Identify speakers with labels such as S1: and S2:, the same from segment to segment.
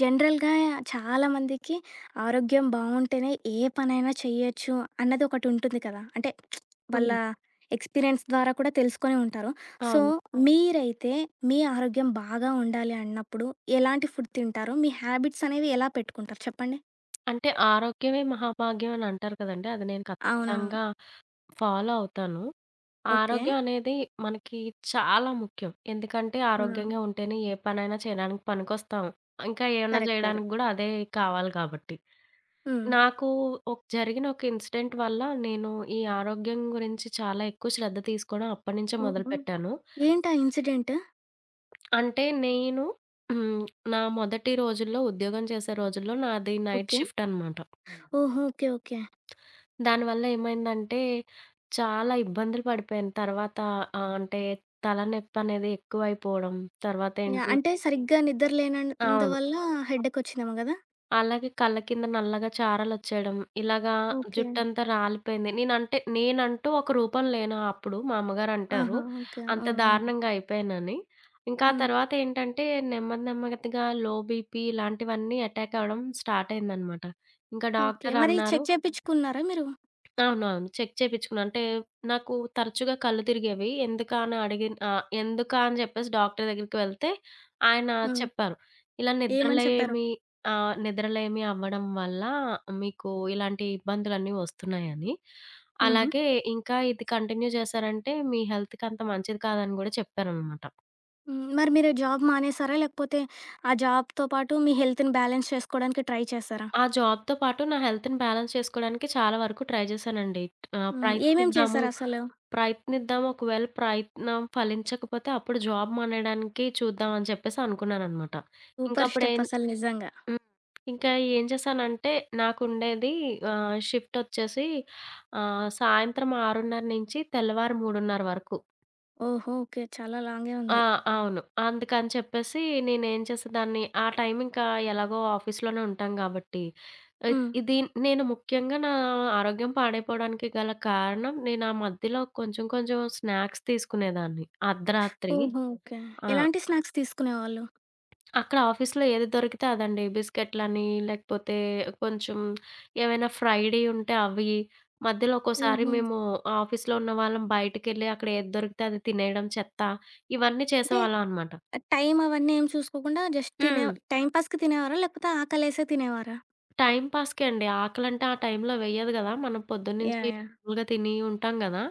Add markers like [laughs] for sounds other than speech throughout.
S1: జనరల్‌గా చాలామందికి ఆరోగ్యం బావుంటేనే ఏ పనైనా చెయ్యొచ్చు అన్నది ఒకటుంటుంది కదా! అంటే వాళ్ళ
S2: హ్మ్.
S1: ఎక్స్‌పీరియన్స్ ద్వారా కూడా తెలుసుకొని ఉంటారు. సో,
S2: అవును.
S1: అవును. మీరైతే మీ ఆరోగ్యం బాగా ఉండాలి అన్నప్పుడు ఎలాంటి ఫుడ్ తింటారు? మీ హ్యాబిట్స్ అనేవి ఎలా పెట్టుకుంటారు చెప్పండి?
S2: అంటే ఆరోగ్యమే మహాభాగ్యం అని అంటారు కదండీ! అది నేను
S1: అవునవును.
S2: ఖచ్చితంగా ఫాలో అవుతాను.
S1: ఓకే.
S2: ఆరోగ్యం అనేది మనకి చాలా ముఖ్యం. ఎందుకంటే
S1: హ్మ్.
S2: ఆరోగ్యంగా ఉంటేనే ఏ పనైనా చేయడానికి పనికొస్తాం. ఇంకా ఏమన్నా
S1: కరెక్ట్.
S2: చేయడానికి
S1: కరెక్ట్.
S2: గూడా అదే కావాలి కాబట్టి.
S1: హ్మ్.
S2: నాకు జరిగిన ఒక ఇన్సిడెంట్ వల్ల నేను ఈ ఆరోగ్యం గురించి చాలా ఎక్కువ శ్రద్ధ తీసుకోవడం అప్పటినుంచే
S1: ఓహో!
S2: మొదలుపెట్టాను.
S1: ఏంటా ఇన్సిడెంట్?
S2: అంటే నేను హ్మ్. నా మొదటి రోజుల్లో ఉద్యోగం చేసే రోజుల్లో నాది నైట్
S1: ఓకే.
S2: షిఫ్ట్ అనమాట.
S1: ఓహో! ఓకే. ఓకే.
S2: దానివల్ల ఏమైందంటే, చాలా ఇబ్బందులు పడిపోయాను. తర్వాత అంటే తలనొప్పనేది ఎక్కువైపోవడం.
S1: యాహ్!
S2: తర్వాతేంటి?
S1: అంటే సరిగ్గా నిద్ర
S2: అవును.
S1: లేనందువల్ల హెడ్‌ఏక్ వచ్చిందేమో గదా!
S2: అలాగే కళ్ళ కింద నల్లగా చారలొచ్చేయడం. ఇలాగా
S1: ఓకే.
S2: జుట్టంతా రాలిపోయింది. నేనంటే నేనంటూ ఒక రూపం లేను అప్పుడు. మా అమ్మగారంటారు
S1: ఆహా! ఓకే.
S2: అంత
S1: ఆ! ఆ!
S2: దారుణంగా అయిపోయానని. ఇంకా ఆ
S1: హ్మ్.
S2: తర్వాతేంటంటే, నెమ్మది నెమ్మదిగా లో బీపీ ఇలాంటివన్నీ అటాక్ అవ్వడం స్టార్ట్ అయిందనమాట. ఇంకా
S1: ఓకే. మరి
S2: డాక్టరన్నారు.
S1: చెక్ చేపిచ్చుకున్నారా మీరు?
S2: అవునవును. చెక్ చేపిచ్చుకున్నా. అంటే నాకు తరచుగా కళ్ళు తిరిగేవి. ఎందుకా అని ఎందుకా అని జెప్పేసి డాక్టర్ దగ్గరికి వెళ్తే ఆయన
S1: హ్మ్.
S2: చెప్పారు ఇలా
S1: ఏమని చెప్పారు?
S2: నిద్రలేమి నిద్రలేమి అవ్వడం వల్ల మీకు ఇలాంటి ఇబ్బందులన్నీ వస్తున్నాయని.
S1: హుహు.
S2: అలాగే ఇంకా ఇది కంటిన్యూ చేశారంటే మీ హెల్త్‌కి అంత మంచిది కాదని గూడా చెప్పారనమాట.
S1: హ్మ్. మరి మీరు జాబ్ మానేసారా? లేకపోతే ఆ జాబ్‌తో పాటు మీ హెల్త్‌ని బ్యాలెన్స్ చేసుకోడానికి ట్రై చేసారా?
S2: ఆ జాబ్‌తో పాటు నా హెల్త్‌ని బ్యాలెన్స్ చేసుకోవడానికి చాలా వరకు ట్రై చేశానండి. ఆహ్,
S1: హ్మ్. ఏమేం
S2: ప్రయత్నిద్దాము
S1: చేసారసలు?
S2: ప్రయత్నిద్దాం. ఒకవేళ ప్రయత్నం ఫలించకపోతే అప్పుడు జాబ్ మానేయడానికి చూద్దాం అని చెప్పేసి అనుకున్నాననమాట.
S1: సూపర్ స్టెప్
S2: ఇంకప్పుడేం
S1: అసలు నిజంగా.
S2: హ్మ్. ఇంకా ఏం చేశానంటే నాకుండేది షిఫ్టొచ్చేసి సాయంత్రం 6:30 నుంచి తెల్లవారు 3:30 వరకు.
S1: ఓహో! ఓకే. చాలా లాంగే
S2: ఆ!
S1: ఉంది.
S2: అవును. అందుకని చెప్పేసి నేనేం చేసేదాన్ని, ఆ టైం ఇంకా ఎలాగో ఆఫీస్‌లోనే ఉంటాం గాబట్టి, ఆహ్,
S1: హ్మ్.
S2: ఇది నేను ముఖ్యంగా నా ఆరోగ్యం పాడైపోవడానికి గల కారణం, నేను ఆ మధ్యలో కొంచెం కొంచెం స్నాక్స్ తీసుకునేదాన్ని అర్ధరాత్రి.
S1: ఓహో! ఓకే.
S2: ఆ!
S1: ఎలాంటి స్నాక్స్ తీసుకునేవాళ్ళు?
S2: అక్కడ ఆఫీస్‌లో ఏది దొరికితే అదండి. బిస్కెట్లని, లేకపోతే కొంచెం ఏవైనా ఫ్రై‌డియి ఉంటే అవి, మధ్యలో ఒక్కోసారి
S1: హుహు.
S2: మేము ఆఫీస్‌లో ఉన్నవాళ్ళం బయటికెళ్ళి అక్కడ ఏది దొరికితే అది తినేయడం, చెత్త, ఇవన్నీ
S1: అంటే
S2: చేసేవాళ్ళం అనమాట.
S1: టైం అవన్నీ ఏం చూసుకోకుండా జస్ట్ తినే
S2: హ్మ్.
S1: టైమ్ పాస్‌కి తినేవారా? లేకపోతే ఆకలేసే తినేవారా?
S2: టైం పాస్‌కే అండి. ఆకలంటే ఆ టైంలో వెయ్యదు గదా! మనం పొద్దున్నుంచి
S1: యాహ్! యాహ్!
S2: ఫుల్‌గా తిని ఉంటాం గదా!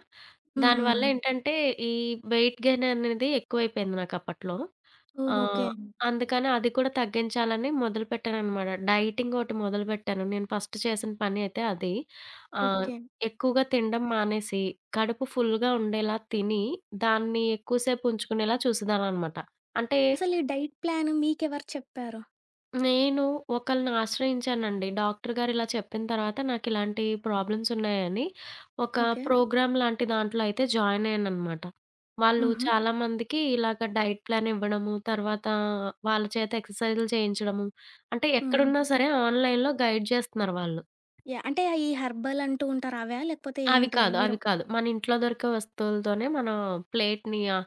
S1: హ్మ్.
S2: దానివల్ల
S1: హ్మ్.
S2: ఏంటంటే, ఈ వెయిట్ గెయిన్ అనేది ఎక్కువైపోయింది నాకప్పట్లో. ఓహో!
S1: ఓహ్! ఓకే.
S2: అందుకని అది కూడా తగ్గించాలని మొదలుపెట్టాననమాట. డైటింగ్ ఒకటి మొదలుపెట్టాను. నేను ఫస్ట్ చేసిన పని అయితే అది. ఆహ్, హ్మ్.
S1: ఓకే.
S2: ఎక్కువగా తినడం మానేసి, కడుపు ఫుల్‌గా ఉండేలా తిని, దాన్ని ఎక్కువ సేపు ఉంచుకునేలా చూసేదాన్ననమాట. అంటే
S1: అసలు ఈ డైట్ ప్లాన్ మీకెవరు చెప్పారు?
S2: నేను ఒకళ్ళని ఆశ్రయించానండి. డాక్టర్ గారు ఇలా చెప్పిన తర్వాత నాకిలాంటి ప్రాబ్లమ్స్ ఉన్నాయని ఒక
S1: ఓకే.
S2: ప్రోగ్రామ్ లాంటి దాంట్లో అయితే జాయిన్ అయ్యాననమాట. వాళ్ళు
S1: హుహు.
S2: చాలామందికి ఇలాగ డైట్ ప్లాన్ ఇవ్వడము, తర్వాత వాళ్ళ చేత ఎక్సర్‌సైజులు చేయించడము. అంటే
S1: హుహు.
S2: ఎక్కడున్నా సరే ఆన్‌లైన్‌లో గైడ్ జేస్తున్నారు వాళ్ళు.
S1: యాహ్! అంటే ఈ హెర్బల్ అంటూ ఉంటారు అవా? లేకపోతే
S2: అవి
S1: ఏంటివి?
S2: కాదు,
S1: మీరు
S2: అవి కాదు. మన ఇంట్లో దొరికే వస్తువులతోనే మనం ప్లేట్‌ని ఆహ్,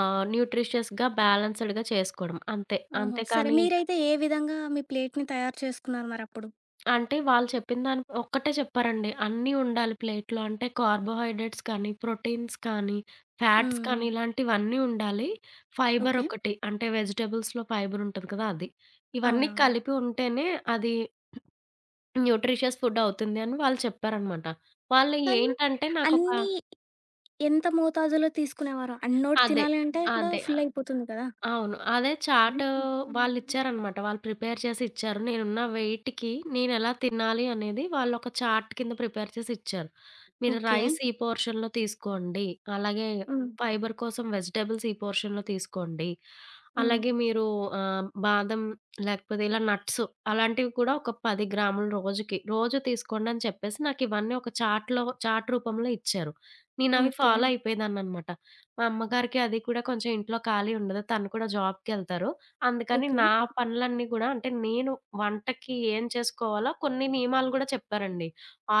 S2: ఆహ్, న్యూట్రిషియస్‌గా బ్యాలెన్స్‌డ్‌గా చేసుకోవడం అంతే.
S1: ఓహో! సరే
S2: అంతేకానీ
S1: మీరైతే ఏ విధంగా మీ ప్లేట్‌ని తయారు చేసుకున్నారు మరప్పుడు?
S2: అంటే వాళ్ళు చెప్పిన దాని ఒక్కటే చెప్పారండి. అన్నీ ఉండాలి ప్లేట్‌లో. అంటే కార్బోహైడ్రేట్స్ కానీ, ప్రోటీన్స్ కానీ, ఫ్యాట్స్
S1: హ్మ్. హ్మ్.
S2: కానీ ఇలాంటివన్నీ ఉండాలి. Fibre
S1: okay.
S2: ఒకటి అంటే వెజిటబుల్స్‌లో ఫైబర్ ఉంటది కదా! అది. ఇవన్నీ
S1: అవునవును.
S2: కలిపి ఉంటేనే అది న్యూట్రిషియస్ ఫుడ్ అవుతుంది అని వాళ్ళు చెప్పారనమాట. వాళ్ళు
S1: కానీ
S2: ఏంటంటే నాకొక
S1: అన్నీ ఎంత మోతాదులో తీసుకునేవారు? అన్నోటి
S2: అదే.
S1: తినాలి అంటే కూడా
S2: అదే.
S1: ఫుల్ అయిపోతుంది కదా!
S2: అవును. అదే చార్ట్ వాళ్ళిచ్చారనమాట. వాళ్ళు ప్రిపేర్ చేసి ఇచ్చారు. నేనున్న వెయిట్‌కి నేనెలా తినాలి అనేది వాళ్ళొక చార్ట్ కింద ప్రిపేర్ చేసి ఇచ్చారు. మీరు
S1: ఓకే.
S2: రైస్ ఈ పోర్షన్‌లో తీసుకోండి. అలాగే
S1: హ్మ్.
S2: ఫైబర్ కోసం వెజిటబుల్స్ ఈ పోర్షన్‌లో తీసుకోండి.
S1: హ్మ్.
S2: అలాగే మీరు బాదం లేకపోతే ఇలా నట్స్ అలాంటివి కూడా ఒక 10 గ్రాములు రోజుకి, రోజు తీసుకోండి అని చెప్పేసి నాకివన్నీ ఒక చార్ట్‌లో చార్ట్ రూపంలో ఇచ్చారు. నేనవి
S1: ఓకే.
S2: ఫాలో అయిపోయేదాన్ననమాట. మా అమ్మగారికి అది కూడా కొంచెం ఇంట్లో ఖాళీ ఉండదు. తను కూడా జాబ్‌కెళ్తారు. అందుకని
S1: ఓకే.
S2: నా పనులన్నీ గూడా అంటే నేను వంటకి ఏం చేసుకోవాలో కొన్ని నియమాలు గూడా చెప్పారండి.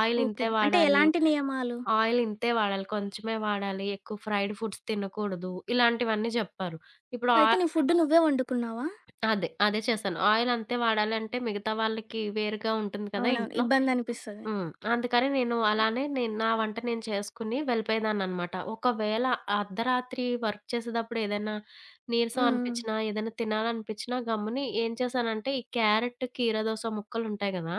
S2: Oil
S1: okay.
S2: ఇంతే
S1: అంటే
S2: వాడాలి,
S1: ఎలాంటి నియమాలు?
S2: ఆయిల్ ఇంతే వాడాలి, కొంచెమే వాడాలి, ఎక్కువ ఫ్రైడ్ ఫుడ్స్ తినకూడదు. ఇలాంటివన్నీ జెప్పారు. ఇప్పుడు ఆ
S1: అయితే నీ ఫుడ్ నువ్వే వండుకున్నావా?
S2: అదే. అదే చేశాను. ఆయిల్ అంతే వాడాలంటే మిగతా వాళ్ళకి వేరుగా ఉంటుంది కదా!
S1: అవునవును.
S2: ఇంట్లో.
S1: ఇబ్బందనిపిస్తది.
S2: హ్మ్. అందుకని నేను అలానే నేను నా వంట నేను చేసుకుని వెళ్ళిపోయేదాన్ననమాట. ఒకవేళ అర్ధరాత్రి వర్క్ చేసేటప్పుడు ఏదైనా నీరసం
S1: హ్మ్.
S2: అనిపిచ్చినా, ఏదైనా తినాలనిపిచ్చినా గమ్ముని ఏం చేశానంటే, ఈ క్యారెట్, కీర దోస ముక్కలుంటాయి గదా!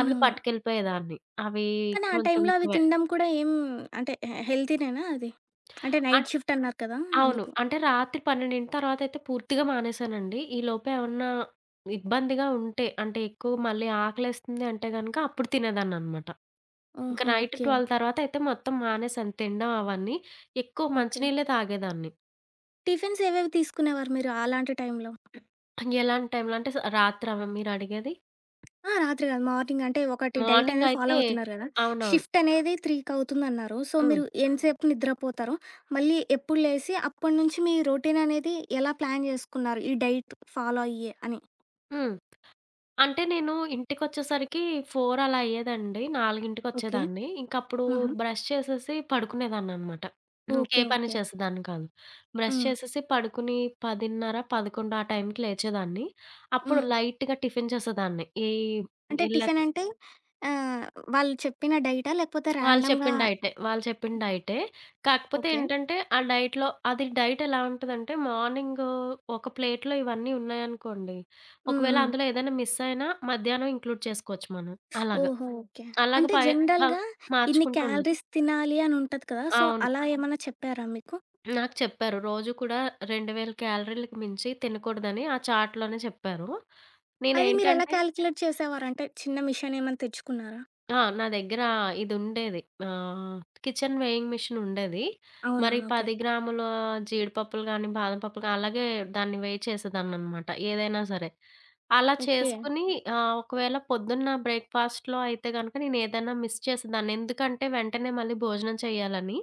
S2: అవి పట్టుకెళ్ళిపోయేదాన్ని. అవి
S1: కానీ ఆ
S2: కొంచెం
S1: టైంలో అవి
S2: ఎక్కువే.
S1: తినడం కూడా ఏం అంటే హెల్తీనేనా అది? అంటే నైట్ షిఫ్ట్ అన్నారు కదా!
S2: అవును.
S1: అందుకు.
S2: అంటే రాత్రి 12 తర్వాతయితే పూర్తిగా మానేశానండి. ఈలోపే ఏమన్నా ఇబ్బందిగా ఉంటే, అంటే ఎక్కువ మళ్ళీ ఆకలేస్తుంది అంటే గనక అప్పుడు తినేదాన్ననమాట. ఇంక
S1: ఓహో!
S2: Night
S1: okay.
S2: 12 తర్వాతయితే మొత్తం మానేశాను తినడం అవన్నీ. ఎక్కువ
S1: ఓకే.
S2: మంచినీళ్ళే తాగేదాన్ని.
S1: టిఫిన్స్ ఏవేవి తీసుకునేవారు మీరు అలాంటి టైంలో?
S2: ఎలాంటి టైంలో అంటే స రాత్రా మీరు అడిగేది?
S1: ఆ! రాత్రి కాదు మార్నింగ్ అంటే ఒకటి డైట్ అనేది ఫాలో
S2: మార్నింగయితే
S1: అవుతున్నారు కదా!
S2: అవునవును.
S1: షిఫ్ట్ అనేది 3కి అవుతుందన్నారు. సో,
S2: హ్మ్.
S1: మీరు ఎంతసేపు నిద్రపోతారు? మళ్ళీ ఎప్పుడు లేసి అప్పటి నుంచి మీ రొటీన్ అనేది ఎలా ప్లాన్ చేసుకున్నారు? ఈ డైట్ ఫాలో అయ్యే అని.
S2: హ్మ్. అంటే నేను ఇంటికొచ్చేసరికి 4 అలా అయ్యేదండి.
S1: ఓకే.
S2: 4కి ఇంకప్పుడు
S1: హుహు.
S2: బ్రష్ చేసేసి పడుకునేదాన్ననమాట.
S1: ఓకే.
S2: ఇంకే పని
S1: ఓకే.
S2: చేసేదాన్ని కాదు. బ్రష్
S1: హ్మ్.
S2: చేసేసి పడుకుని 10:30, 11 ఆ టైంకి లేచేదాన్ని. అప్పుడు
S1: హ్మ్.
S2: లైట్‌గా టిఫిన్ చేసేదాన్ని. ఈ
S1: అంటే
S2: ఎళ్ళకు
S1: టిఫిన్ అంటే ఆహ్, వాళ్ళు చెప్పిన డైటా? లేకపోతే
S2: వాళ్ళు
S1: ర్యాండమ్‌గా
S2: చెప్పిన
S1: ఆ!
S2: డైటే. వాళ్ళు చెప్పిన డైటే. కాకపోతే
S1: ఓకే.
S2: ఏంటంటే ఆ డైట్‌లో అది డైట్ ఎలా ఉంటదంటే మార్నింగ్ ఒక ప్లేట్‌లో ఇవన్నీ ఉన్నాయనుకోండి.
S1: హ్మ్.
S2: ఒకవేళ
S1: హ్మ్.
S2: అందులో ఏదైనా మిస్ అయినా మధ్యాహ్నం ఇంక్లూడ్ చేసుకోవచ్చు మనం. అలాగ.
S1: ఓహో! ఓకే.
S2: అలాగ
S1: అంటే
S2: పై ఆహ్,
S1: జనరల్‌గా ఇన్ని
S2: మార్చుకుంటూ ఉండొచ్చు.
S1: క్యాలరీస్ తినాలి అని ఉంటది కదా! సో,
S2: అవును.
S1: అలా ఏమన్నా చెప్పారా మీకు?
S2: నాకు చెప్పారు. రోజు కూడా 2,000 క్యాలరీలకు మించి తినకూడదని ఆ చార్ట్‌లోనే చెప్పారు.
S1: అది మీరెలా
S2: నేనేంటంటే
S1: క్యాలిక్యులేట్ చేసేవారు? అంటే చిన్న మిషన్ ఏమన్నా తెచ్చుకున్నారా?
S2: ఆ! నా దగ్గర ఇదుండేది. ఆహ్, కిచెన్ వేయింగ్ మిషన్ ఉండేది. మరి
S1: అవునవును. ఓకే.
S2: 10 గ్రాముల జీడిపప్పులు గానీ, బాదం పప్పులు గానీ, అలాగే దాన్ని వేయి చేసేదాన్ననమాట. ఏదైనా సరే. అలా
S1: ఓకే.
S2: చేసుకొని ఒకవేళ పొద్దున్న బ్రేక్‌ఫాస్ట్‌లో అయితే గనక నేనేదైనా మిస్ చేసేదాన్ని. ఎందుకంటే వెంటనే మళ్ళీ భోజనం చేయాలని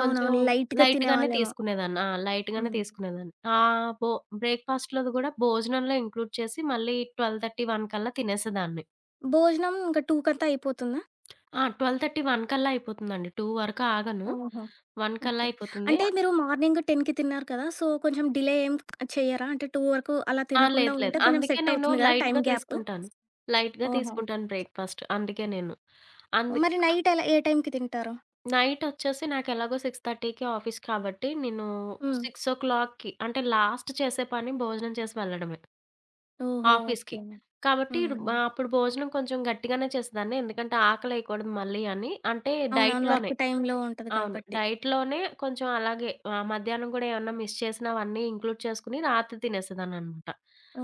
S2: కొంచెం
S1: అవునవును. లైట్‌గా
S2: లైట్‌గానే
S1: తినేవాళ్ళేమో.
S2: తీసుకునేదాన్ని. ఆ! లైట్‌గానే
S1: హ్మ్.
S2: తీసుకునేదాన్ని. ఆహ్, బో బ్రేక్‌ఫాస్ట్‌లోది గూడా భోజనంలో ఇంక్లూడ్ చేసి మళ్ళీ 12:30, 1 కల్లా తినేసేదాన్ని.
S1: భోజనం ఇంక 2 కంతా అయిపోతుందా?
S2: ఆ! 12:31 కల్లా అయిపోతుందండి. 2 వరకు ఆగను.
S1: ఓహో!
S2: 1 కల్లా
S1: ఓకే.
S2: అయిపోతుంది.
S1: అంటే మీరు మార్నింగ్ 10:00కి తిన్నారు కదా! సో, కొంచెం డిలే ఏం చెయ్యరా? అంటే 2 వరకు అలా
S2: ఆ!
S1: తినకుండా
S2: లేదు లేదు.
S1: ఉంటే కొంచెం
S2: అందుకే
S1: సెట్
S2: నేను
S1: అవుతుంది కదా టైం
S2: లైట్‌గా
S1: గ్యాప్.
S2: తీసుకుంటాను. లైట్‌గా
S1: ఓహో!
S2: తీసుకుంటాను బ్రేక్‌ఫాస్ట్. అందుకే నేను. అందు
S1: మరి నైట్ ఎలా ఏ టైంకి తింటారు?
S2: నైటొచ్చేసి నాకెలాగో 6:30కి ఆఫీస్ కాబట్టి నేను
S1: హ్మ్.
S2: 6:00కి అంటే లాస్ట్ చేసే పని భోజనం చేసి వెళ్ళడమే
S1: ఓహో!
S2: ఆఫీస్‌కి.
S1: ఓకే.
S2: కాబట్టి
S1: హ్మ్.
S2: అప్పుడు భోజనం కొంచెం గట్టిగానే చేసేదాన్ని. ఎందుకంటే ఆకలేయకూడదు మళ్ళీ అని. అంటే
S1: అవునవును.
S2: డైట్‌లోనే.
S1: వర్క్ టైంలో ఉంటది
S2: అవును.
S1: కాబట్టి.
S2: డైట్‌లోనే కొంచెం అలాగే మధ్యాహ్నం గూడా ఏమన్నా మిస్ చేసినా అవన్నీ ఇంక్లూడ్ చేసుకొని రాత్రి తినేసేదాన్ననమాట.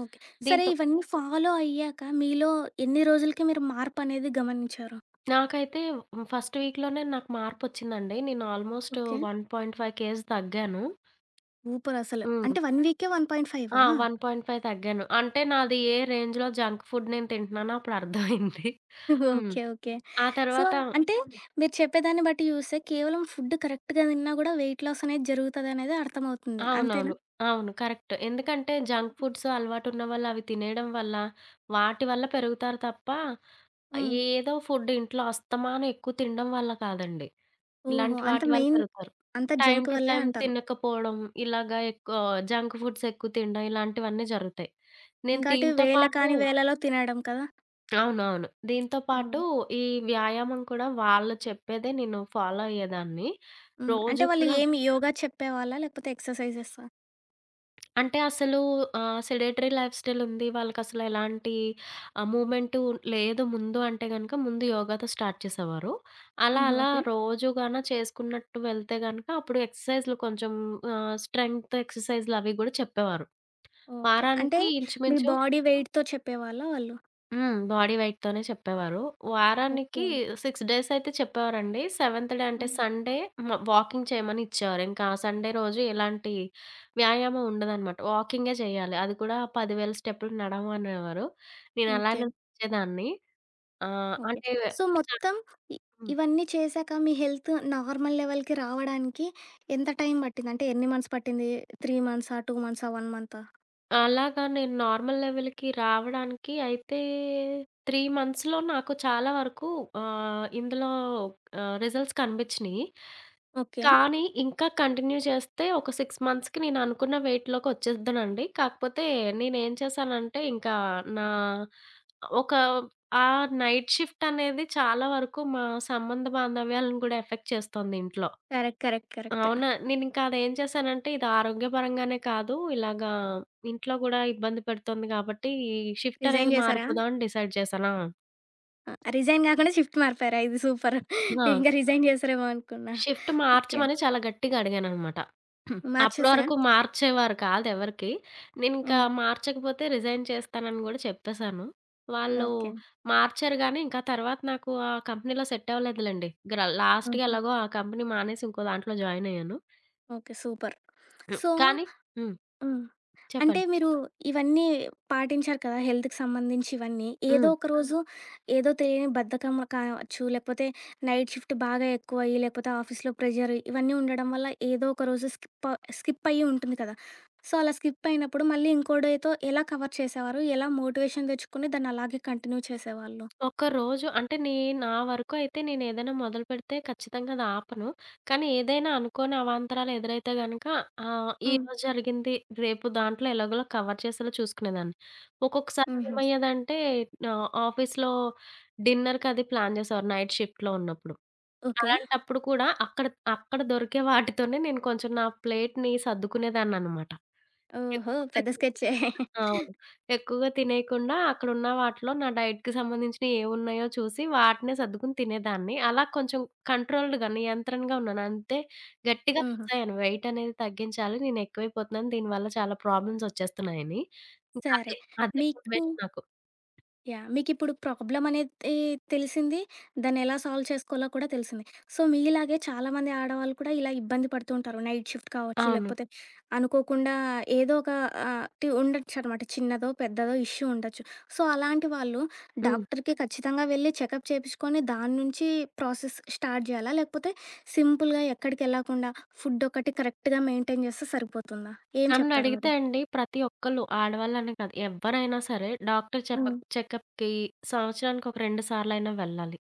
S1: ఓకే. సరే
S2: దీంతో
S1: ఇవన్నీ ఫాలో అయ్యాక మీలో ఎన్ని రోజులకి మీరు మార్పనేది గమనించారు?
S2: నాకైతే హ్మ్, ఫస్ట్ వీక్‌లోనే నాకు మార్పొచ్చిందండి. నేను ఆల్‌మోస్ట్
S1: ఓకే.
S2: 1.5 కేజీ తగ్గాను.
S1: సూపరసలు.
S2: హ్మ్.
S1: అంటే 1 వీకే
S2: ఆ!
S1: 1.5ఆ?
S2: 1.5 తగ్గాను. అంటే నాది ఏ రేంజ్‌లో జంక్ ఫుడ్ నేను తింటున్నానో అప్పుడు అర్థమైంది. హ్మ్.
S1: ఓకే. ఓకే.
S2: ఆ
S1: సో,
S2: తర్వాత
S1: అంటే మీరు చెప్పేదాన్ని బట్టి చూస్తే కేవలం ఫుడ్ కరెక్ట్‌గా తిన్నా గూడా వెయిట్ లాస్ అనేది జరుగుతదనేది అర్థమవుతుంది. అంతేనా?
S2: అవునవును. అవును. కరెక్ట్. ఎందుకంటే జంక్ ఫుడ్స్ అలవాటున్న వాళ్ళు అవి తినేయడం వల్ల, వాటి వల్ల పెరుగుతారు తప్ప
S1: హ్మ్.
S2: ఏదో ఫుడ్ ఇంట్లో అస్తమానం ఎక్కువ తినడం వల్ల కాదండి.
S1: ఓహో!
S2: ఇలాంటి
S1: అంత
S2: వాటి వల్ల
S1: మెయిన్
S2: పెరుగుతారు.
S1: అంతా
S2: టైమ్
S1: జంక్
S2: టు
S1: వల్లే
S2: టైమ్
S1: అంటారు.
S2: తినకపోవడం, ఇలాగ ఎక్కువ జంక్ ఫుడ్స్ ఎక్కువ తినడం ఇలాంటివన్నీ జరుగుతాయి. నేను
S1: ఇంకోటి
S2: దీంతో
S1: వేళ
S2: పాటు
S1: కాని వేళలో తినడం కదా!
S2: అవునవును. దీంతో పాటు
S1: హ్మ్.
S2: ఈ వ్యాయామం కూడా వాళ్ళు చెప్పేదే నేను ఫాలో అయ్యేదాన్ని.
S1: హ్మ్.
S2: రోజు
S1: అంటే వాళ్ళు
S2: కూడా
S1: ఏమి యోగా చెప్పేవాళ్ళా? లేకపోతే ఎక్సర్‌సైజెసా?
S2: అంటే అసలు సెడెటరీ లైఫ్ స్టైల్ ఉంది. వాళ్ళకసలు ఎలాంటి మూవ్‌మెంటు లేదు ముందు అంటే గనక ముందు యోగాతో స్టార్ట్ చేసేవారు. అలా
S1: హుహు.
S2: అలా
S1: ఓకే.
S2: రోజుగాన చేసుకున్నట్టు వెళ్తే గనక అప్పుడు ఎక్సర్‌సైజ్‌లు కొంచెం స్ట్రెంగ్త్ ఎక్సర్‌సైజ్‌లు అవి గూడా చెప్పేవారు.
S1: ఓకే. అంటే
S2: వారానికి
S1: మీ
S2: ఇంచుమించు
S1: బాడీ వెయిట్‌తో చెప్పేవాళ్ళా వాళ్ళు?
S2: హ్మ్. బాడీ వెయిట్‌తోనే చెప్పేవారు.
S1: ఓకే.
S2: వారానికి 6 డేస్ అయితే చెప్పేవారండి. సెవెంత్ డే అంటే
S1: హ్మ్.
S2: సండే మ వాకింగ్ చేయమని ఇచ్చేవారు. ఇంకా సండే రోజు ఎలాంటి వ్యాయామం ఉండదనమాట. వాకింగే చేయాలి. అది కూడా 10,000 స్టెప్పులు నడము అనేవారు. నేను
S1: ఓకే.
S2: అలానే నడిచేదాన్ని.
S1: ఓకే.
S2: అంటే
S1: సో, మొత్తం ఇ
S2: హ్మ్.
S1: ఇవన్నీ చేశాక మీ హెల్త్ నార్మల్ లెవెల్‌కి రావడానికి ఎంత టైం పట్టింది? అంటే ఎన్ని మంత్స్ పట్టింది? 3 మంత్సా? 2 మంత్సా? 1 మంతా?
S2: అలాగా నేను నార్మల్ లెవెల్‌కి రావడానికి అయితే 3 మంత్స్‌లో నాకు చాలా వరకు ఇందులో రిజల్ట్స్ కనిపించినియి.
S1: ఓకే.
S2: కానీ, ఇంకా కంటిన్యూ చేస్తే ఒక 6 మంత్స్‌కి నేను అనుకున్న వెయిట్‌లోకి వచ్చేద్దనండి. కాకపోతే నేనేం చేశానంటే, ఇంకా నా ఒక ఆ నైట్ షిఫ్ట్ అనేది చాలా వరకు మా సంబంధ బాంధవ్యాలను కూడా ఎఫెక్ట్ చేస్తోంది ఇంట్లో.
S1: కరెక్ట్. కరెక్ట్. కరెక్ట్.
S2: అవునా! నేనింకా అదేం చేశానంటే, ఇది ఆరోగ్యపరంగానే కాదు, ఇలాగా ఇంట్లో గూడా ఇబ్బంది పెడుతోంది కాబట్టి, ఈ షిఫ్ట్
S1: రిజైన్
S2: అనేది
S1: చేశారా?
S2: మారిపోదామని డిసైడ్ చేశాను.
S1: ఆ! రిజైన్ కాకుండా షిఫ్ట్ మారిపోయారా? ఇది సూపర్.
S2: ఆ!
S1: నేను
S2: ఆ!
S1: ఇంకా రిజైన్ చేశారేమో అనుకున్నా.
S2: Shift
S1: okay.
S2: మార్చమని చాలా గట్టిగా అడిగాననమాట. అప్పడి
S1: మార్చేసారా?
S2: వరకు మార్చేవారు కాదెవరికీ. నేనింకా
S1: హ్మ్.
S2: మార్చకపోతే రిజైన్ చేస్తానని గూడా చెప్పేశాను. వాళ్ళు
S1: ఓకే.
S2: మార్చారు గానీ, ఇంకా తర్వాత నాకు ఆ కంపెనీలో సెట్ అవ్వలేదులెండి. గ్ర లాస్ట్‌గా
S1: హుహు.
S2: ఎలాగో ఆ కంపెనీ మానేసి ఇంకో దాంట్లో జాయిన్ అయ్యాను.
S1: ఓకే. సూపర్. సో
S2: కానీ హ్మ్.
S1: హ్మ్. అంటే
S2: చెప్పండి.
S1: మీరు ఇవన్నీ పాటించారు కదా! హెల్త్‌కి సంబంధించి ఇవన్నీ. ఏదో
S2: హ్మ్.
S1: ఒక ఆ! రోజు ఏదో తెలియని బద్ధకం కావచ్చు, లేకపోతే నైట్ షిఫ్ట్ బాగా ఎక్కువయ్యి, లేకపోతే ఆఫీస్‌లో ప్రెషర్ ఇవన్నీ ఉండడం వల్ల ఏదో ఒక రోజు స్కిప్ స్కిప్ అయ్యి ఉంటుంది కదా! సో, అలా స్కిప్ అయినప్పుడు మళ్ళీ ఇంకో డేతో ఎలా కవర్ చేసేవారు? ఎలా మోటివేషన్ తెచ్చుకొని దాన్ని అలాగే కంటిన్యూ చేసేవాళ్ళు?
S2: ఒక రోజు అంటే నా వరకు అయితే నేనేదైనా మొదలుపెడితే ఖచ్చితంగా అది ఆపను. కానీ ఏదైనా అనుకోని అవాంతరాలు ఎదురైతే గనక
S1: హ్మ్.
S2: ఈరోజు జరిగింది రేపు దాంట్లో ఎలాగోలా కవర్ చేసేలా చూసుకునేదాన్ని. ఒక్కొక్కసారి
S1: హుహు.
S2: ఏమయ్యేదంటే ఆఫీస్‌లో డిన్నర్‌కి అది ప్లాన్ చేసేవారు నైట్ షిఫ్ట్‌లో ఉన్నప్పుడు.
S1: ఓకే.
S2: అలాంటప్పుడు కూడా అక్కడ అక్కడ దొరికే వాటితోనే నేను కొంచెం నా ప్లేట్‌ని సర్దుకునేదాన్ననమాట.
S1: ఓహో!
S2: ఎక్కువగా
S1: పెద్ద స్కెచ్చే.
S2: అవును. ఎక్కువగా తినేయకుండా అక్కడున్న వాటిలో నా డైట్‌కి సంబంధించినయి ఏవున్నాయో చూసి వాటినే సర్దుకుని తినేదాన్ని. అలా కొంచెం కంట్రోల్డ్‌గా, నియంత్రణగా ఉన్నాను. అంతే గట్టిగా
S1: హుహు.
S2: ఫిక్స్ అయ్యాను. వెయిట్ అనేది తగ్గించాలి. నేను ఎక్కువైపోతున్నాను. దీనివల్ల చాలా ప్రాబ్లమ్స్ వచ్చేస్తున్నాయని. ఇంక
S1: సరే.
S2: అదే,
S1: హ్మ్.
S2: అదే
S1: మీకు
S2: మోటివేషన్ నాకు.
S1: యాహ్! మీకిప్పుడు ప్రాబ్లమ్ అనేది తెలిసింది. దాన్నెలా సాల్వ్ చేసుకోవాలో కూడా తెలిసింది. సో, మీలాగే చాలామంది ఆడవాళ్ళు కూడా ఇలా ఇబ్బంది పడుతూ ఉంటారు. నైట్ షిఫ్ట్ కావచ్చు,
S2: అవును.
S1: లేకపోతే అనుకోకుండా ఏదో ఒక ఆహ్, టి ఉండొచ్చనమాట. చిన్నదో, పెద్దదో ఇష్యూ ఉండొచ్చు. సో, అలాంటి వాళ్ళు
S2: హ్మ్.
S1: డాక్టర్‌కి ఖచ్చితంగా వెళ్లి చెకప్ చేపిచ్చుకొని దాని నుంచి ప్రాసెస్ స్టార్ట్ జేయాలా? లేకపోతే సింపుల్‌గా ఎక్కడికెళ్ళకుండా ఫుడ్ ఒకటి కరెక్ట్‌గా మెయింటైన్ జేస్తే సరిపోతుందా? ఏం చెప్తారు
S2: నన్నడిగితే
S1: మీరు?
S2: అండి ప్రతి ఒక్కళ్ళు ఆడవాళ్ళనే కాదు ఎవ్వరైనా సరే డాక్టర్
S1: హ్మ్.
S2: చెకప్‌కి సంవత్సరానికి ఒక 2 సార్లైనా వెళ్ళాలి.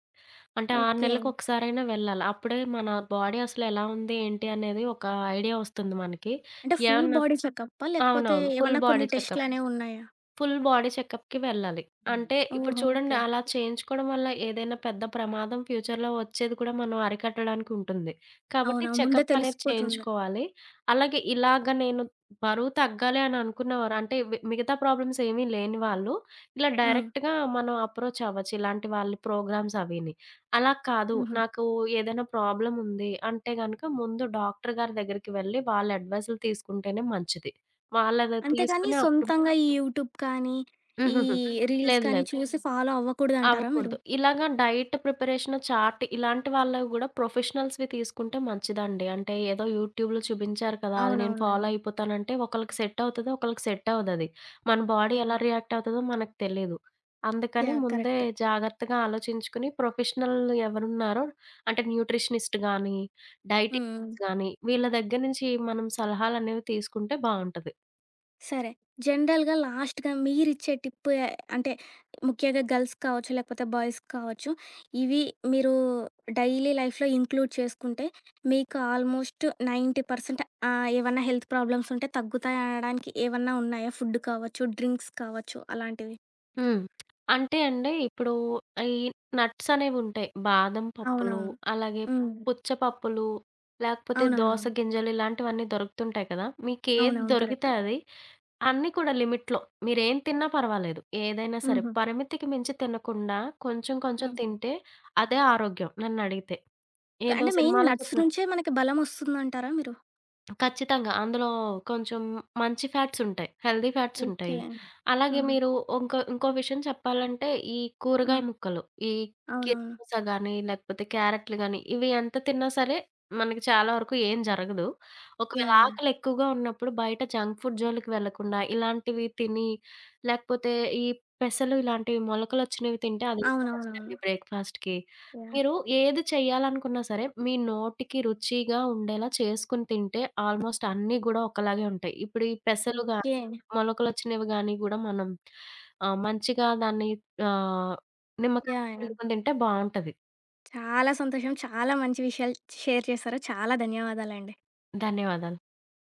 S2: అంటే 6
S1: ఓకే.
S2: నెలలకు ఒకసారైనా వెళ్ళాలి. అప్పుడే మన బాడీ అసలు ఎలా ఉంది ఏంటి అనేది ఒక ఐడియా వస్తుంది మనకి.
S1: అంటే ఫుల్
S2: ఏమన్నా
S1: బాడీ చెకప్పా? లేకపోతే
S2: అవునవును. ఫుల్
S1: ఏమన్నా కొన్ని
S2: బాడీ చెకప్.
S1: టెస్టులనేవి ఉన్నాయా?
S2: ఫుల్ బాడీ చెకప్‌కి వెళ్ళాలి. అంటే ఇప్పుడు
S1: ఓహో!
S2: చూడండి
S1: ఓకే.
S2: అలా చేయించుకోవడం వల్ల ఏదైనా పెద్ద ప్రమాదం ఫ్యూచర్‌లో వచ్చేది కూడా మనం అరికట్టడానికి ఉంటుంది. కాబట్టి
S1: అవునా! ముందే
S2: చెకప్ అనేది
S1: తెలిసిపోతుంది.
S2: చేయించుకోవాలి. అలాగే ఇలాగ నేను బరువు తగ్గాలి అని అనుకున్నవారు అంటే వి మిగతా ప్రాబ్లమ్స్ ఏమీ లేని వాళ్ళు ఇలా
S1: హ్మ్.
S2: డైరెక్ట్‌గా మనం అప్రోచ్ అవ్వచ్చు. ఇలాంటి వాళ్ళ ప్రోగ్రామ్స్ అవిని. అలా కాదు
S1: హుహు.
S2: నాకు ఏదైనా ప్రాబ్లమ్ ఉంది అంటే గనుక ముందు డాక్టర్ గారి దగ్గరికి వెళ్ళి వాళ్ళ అడ్వైస్‌లు తీసుకుంటేనే మంచిది. వాళ్ళది
S1: అంతేగాని
S2: తీసుకుని అప్పుడు
S1: సొంతంగా ఈ యూట్యూబ్ కానీ,
S2: [laughs]
S1: ఈ
S2: హుహుహు.
S1: రీల్స్
S2: లేదు
S1: కానీ
S2: లేదు.
S1: చూసి ఫాలో అవ్వకూడదంటారా మీరు?
S2: అవ్వకూడదు. ఇలాగ డైట్ ప్రిపరేషన్ చార్ట్ ఇలాంటి వాళ్ళవి గూడా ప్రొఫెషనల్స్‌వి తీసుకుంటే మంచిదండి. అంటే ఏదో యూట్యూబ్‌లో చూపించారు కదా! అది నేను ఫాలో
S1: అవునవునులెండి.
S2: అయిపోతానంటే ఒకళ్ళకి సెట్ అవుతది. ఒకళ్ళకి సెట్ అవ్వదది. మన బాడీ ఎలా
S1: యాహ్!
S2: రియాక్ట్ అవుతదో మనకు తెలీదు. అందుకని
S1: యాహ్!
S2: ముందే
S1: కరెక్ట్.
S2: జాగ్రత్తగా ఆలోచించుకుని ప్రొఫెషనల్ ఎవరున్నారో అంటే న్యూట్రిషనిస్ట్ గానీ,
S1: హ్మ్.
S2: డైటీషియన్స్ గానీ వీళ్ళ దగ్గర నుంచి మనం సలహాలనేవి తీసుకుంటే బావుంటది.
S1: సరే. జనరల్‌గా లాస్ట్‌గా మీరిచ్చే టిప్పు ఎ అంటే ముఖ్యంగా గర్ల్స్ కావచ్చు, లేకపోతే బాయ్స్ కావచ్చు. ఇవి మీరు డైలీ లైఫ్‌లో ఇంక్లూడ్ చేసుకుంటే మీకు ఆల్మోస్ట్ 90% ఏవన్నా హెల్త్ ప్రాబ్లమ్స్ ఉంటే తగ్గుతాయనడానికి ఏవన్నా ఉన్నాయా? ఫుడ్ కావచ్చు, డ్రింక్స్ కావచ్చు అలాంటివి?
S2: హ్మ్. అంటే అండి, ఇప్పుడు ఈ నట్స్ అనేవుంటాయి. బాదం పప్పులు,
S1: అవునవును.
S2: అలాగే
S1: హ్మ్.
S2: పుచ్చపప్పులు, లేకపోతే దోస
S1: అవునవునవును.
S2: గింజలు ఇలాంటివన్నీ దొరుకుతుంటాయి కదా! మీకేది
S1: అవునవును.
S2: దొరికితే
S1: కరెక్ట్.
S2: అది, అన్నీ కూడా లిమిట్‌లో. మీరేం తిన్నా పర్వాలేదు. ఏదైనా సరే
S1: హుహు.
S2: పరిమితికి మించి తినకుండా కొంచెం కొంచెం
S1: హ్మ్.
S2: తింటే అదే ఆరోగ్యం నన్నడిగితే. ఏదో
S1: అంటే మెయిన్
S2: సినిమాలో
S1: నట్స్
S2: చెప్పినట్టు.
S1: నుంచే మనకి బలమొస్తుందంటారా మీరు?
S2: ఖచ్చితంగా. అందులో కొంచెం మంచి ఫ్యాట్స్ ఉంటాయి. Healthy fats
S1: okay.
S2: ఉంటాయి. అలాగే
S1: ఆహా!
S2: మీరు ఇంకో ఇంకో విషయం చెప్పాలంటే ఈ
S1: ఆ!
S2: కూరగాయ ముక్కలు, ఈ
S1: అవునవును.
S2: కిర్మూస గాని, లేకపోతే క్యారెట్లు గాని, ఇవి ఎంత తిన్నా సరే మనకి చాలా వరకు ఏం జరగదు. ఒకవేళ
S1: యాహ్! యాహ్!
S2: ఆకలి ఎక్కువగా ఉన్నప్పుడు బయట జంక్ ఫుడ్ జోలికి వెళ్ళకుండా ఇలాంటివి తిని, లేకపోతే ఈ పెసలు ఇలాంటివి మొలకలొచ్చినవి తింటే అది ఇంకా
S1: అవునవునవును.
S2: మంచిదండి బ్రేక్‌ఫాస్ట్‌కి.
S1: యాహ్!
S2: మీరు ఏది చేయాలనుకున్నా సరే, మీ నోటికి రుచిగా ఉండేలా చేసుకొని తింటే ఆల్మోస్ట్ అన్నీ గూడా ఒకలాగే ఉంటాయి. ఇప్పుడు ఈ పెసలు గానీ,
S1: ఓకే.
S2: మొలకలొచ్చినవి గానీ గూడా మనం మంచిగా దాన్ని ఆహ్, నిమ్మకాయ
S1: యాహ్! యాహ్!
S2: పిండుకొని తింటే బావుంటది.
S1: చాలా సంతోషం. చాలా మంచి విషయాలు షేర్ చేశారు. చాలా ధన్యవాదాలండి.
S2: ధన్యవాదాలు.